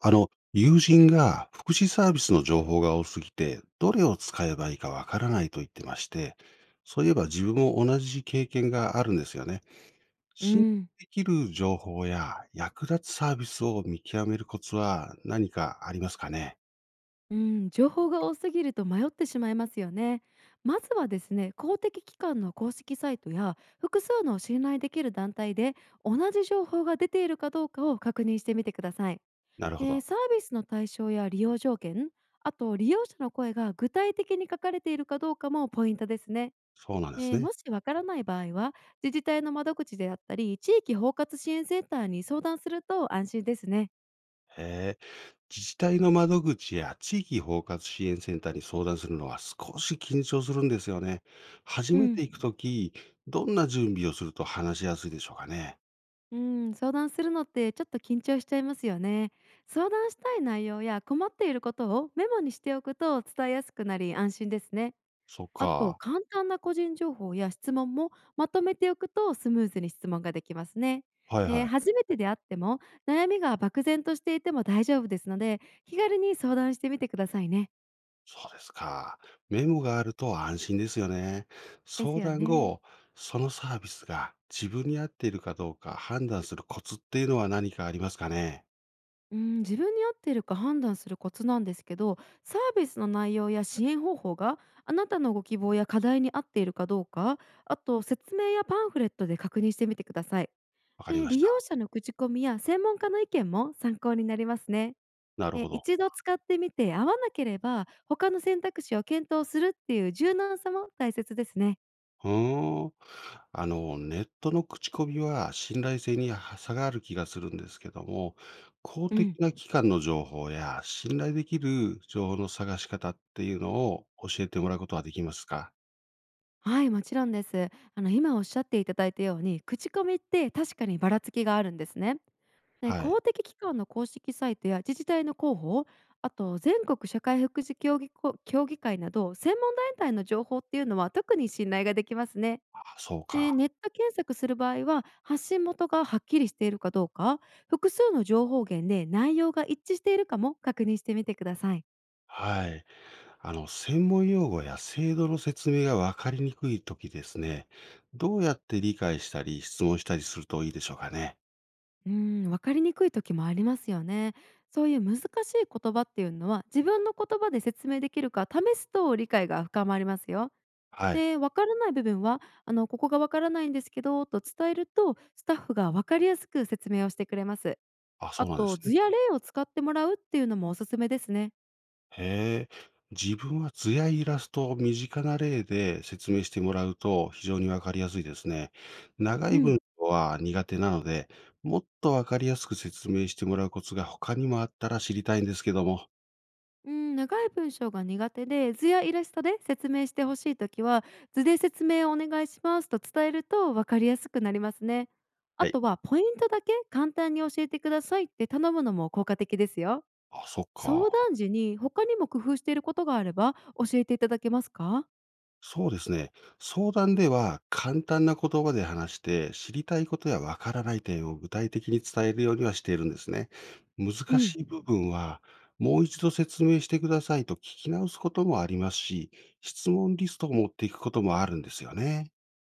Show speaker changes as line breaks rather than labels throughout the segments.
友人が福祉サービスの情報が多すぎて、どれを使えばいいかわからないと言ってまして、そういえば自分も同じ経験があるんですよね。
う
信
ん、
頼できる情報や役立つサービスを見極めるコツは何かありますかね？
うん、情報が多すぎると迷ってしまいますよね。まずはですね、公的機関の公式サイトや複数の信頼できる団体で同じ情報が出ているかどうかを確認してみてください。
なるほ
で
ど。
サービスの対象や利用条件、あと利用者の声が具体的に書かれているかどうかもポイントですね。
そうなんです
で
ね。
もしわからない場合は、自治体の窓口であったり地域包括支援センターに相談すると安心ですね。
へえ。自治体の窓口や地域包括支援センターに相談するのは少し緊張するんですよね。初
う
めて
ん
行くとき、どんな準備をすると話しやすいでしょうかね？
うん、相談するのってちょっと緊張しちゃいますよね。相談したい内容や困っていることをメモにしておくと伝えやすくなり安心ですね。
そっ
あと
か。
簡単な個人情報や質問もまとめておくとスムーズに質問ができますね。
はい
ね、
はい。
初めてであっても悩みが漠然としていても大丈夫ですので、気軽に相談してみてくださいね。
そうですか。メモがあると安心ですよね。
です
相
よ
談
ね。
後、そのサービスが自分に合っているかどうか判断するコツっていうのは何かありますかね？
うん、自分に合っているか判断するコツなんですけど、サービスの内容や支援方法があなたのご希望や課題に合っているかどうか、あと説明やパンフレットで確認してみてください。
わかり
で
まし
利用
た。
者の口コミや専門家の意見も参考になりますね。
なるほ
で
ど。
一度使ってみて合わなければ他の選択肢を検討するっていう柔軟さも大切ですね。
うーん。ネットの口コミは信頼性に差がある気がするんですけども、公
う
的
ん、
な機関の情報や信頼できる情報の探し方っていうのを教えてもらうことはできますか？
はい、もちろんです。あの、今おっしゃっていただいたように、口コミって確かにばらつきがあるんですね。ね、
はい。
公的機関の公式サイトや自治体の広報、あと全国社会福祉協議こ協議会など専門団体の情報っていうのは特に信頼ができますね。
あそう
で
か。
ネット検索する場合は、発信元がはっきりしているかどうか、複数の情報源で内容が一致しているかも確認してみてください。
はい。専門用語や制度の説明がわかりにくいときですね、どうやって理解したり質問したりするといいでしょうかね。
うん、分かりにくい時もありますよね。そういう難しい言葉っていうのは、自分の言葉で説明できるか試すと理解が深まりますよ。
はい。
で、分からない部分は、ここが分からないんですけどと伝えると、スタッフが分かりやすく説明をしてくれます。
あ、
あ
そうなんで
と、
す
図
ね。
や例を使ってもらうっていうのもおすすめですね。
へえ。自分は図やイラストを身近な例で説明してもらうと非常にわかりやすいですね。長い
うん。
文章は苦手なので、もっとわかりやすく説明してもらうコツが他にもあったら知りたいんですけども。
うん、長い文章が苦手で、図やイラストで説明してほしいときは、図で説明をお願いしますと伝えると分かりやすくなりますね。
は
あ
い。
とは、ポイントだけ簡単に教えてくださいって頼むのも効果的ですよ。
あ、そっか。
相談時に他にも工夫していることがあれば教えていただけますか？
そうですね。相談では簡単な言葉で話して、知りたいことやわからない点を具体的に伝えるようにはしているんですね。
う
難
ん。
しい部分は、もう一度説明してくださいと聞き直すこともありますし、質問リストを持っていくこともあるんですよね。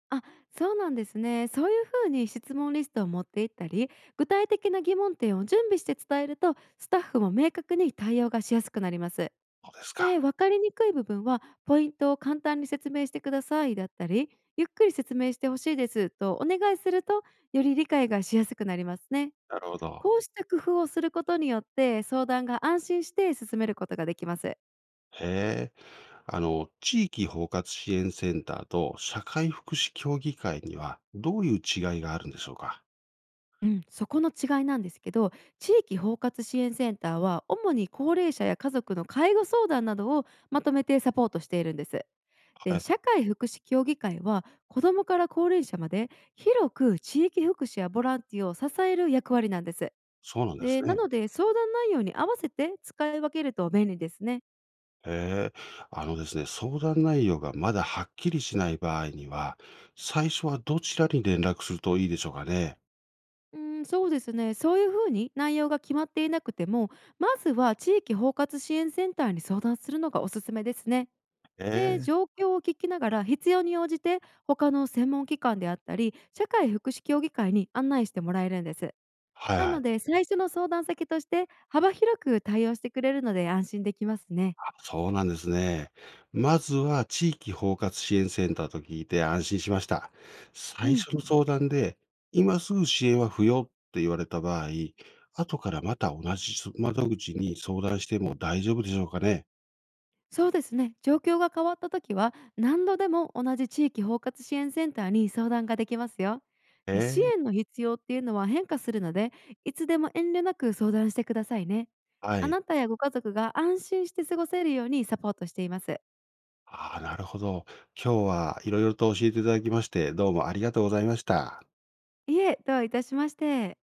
あ、そうなんですね。そういうふうに質問リストを持っていったり、具体的な疑問点を準備して伝えると、スタッフも明確に対応がしやすくなります。
そうです
で、
か。
分かりにくい部分は、ポイントを簡単に説明してくださいだったり、ゆっくり説明してほしいですとお願いすると、より理解がしやすくなりますね。
なるほど。
こうした工夫をすることによって、相談が安心して進めることができます。
へえ。地域包括支援センターと社会福祉協議会には、どういう違いがあるんでしょうか？
うん、そこの違いなんですけど、地域包括支援センターは主に高齢者や家族の介護相談などをまとめてサポートしているんです。
は
で
い。
社会福祉協議会は、子どもから高齢者まで広く地域福祉やボランティアを支える役割なんです。
そうなんです
でな
ね。
ので、相談内容に合わせて使い分けると便利ですね。
へえ、あのですね、相談内容がまだはっきりしない場合には、最初はどちらに連絡するといいでしょうかね。
うん、そうですね、そういうふうに内容が決まっていなくても、まずは地域包括支援センターに相談するのがおすすめですね。で、
ええ。
状況を聞きながら、必要に応じて他の専門機関であったり、社会福祉協議会に案内してもらえるんです。
はい
な
は
の
い。
で、最初の相談先として幅広く対応してくれるので安心できますね。
あそうなんですね。まずは地域包括支援センターと聞いて安心しました。
う
最
ん、
初の相談で、今すぐ支援は不要って言われた場合、後からまた同じ窓口に相談しても大丈夫でしょうかね。
そうですね。状況が変わった時は、何度でも同じ地域包括支援センターに相談ができますよ。で支
ええ。
援の必要っていうのは変化するので、いつでも遠慮なく相談してくださいね。
は
あ
い。
なたやご家族が安心して過ごせるようにサポートしています。
ああ、なるほど。今日は色々と教えていただきまして、どうもありがとうございました。
いえ、どういたしまして。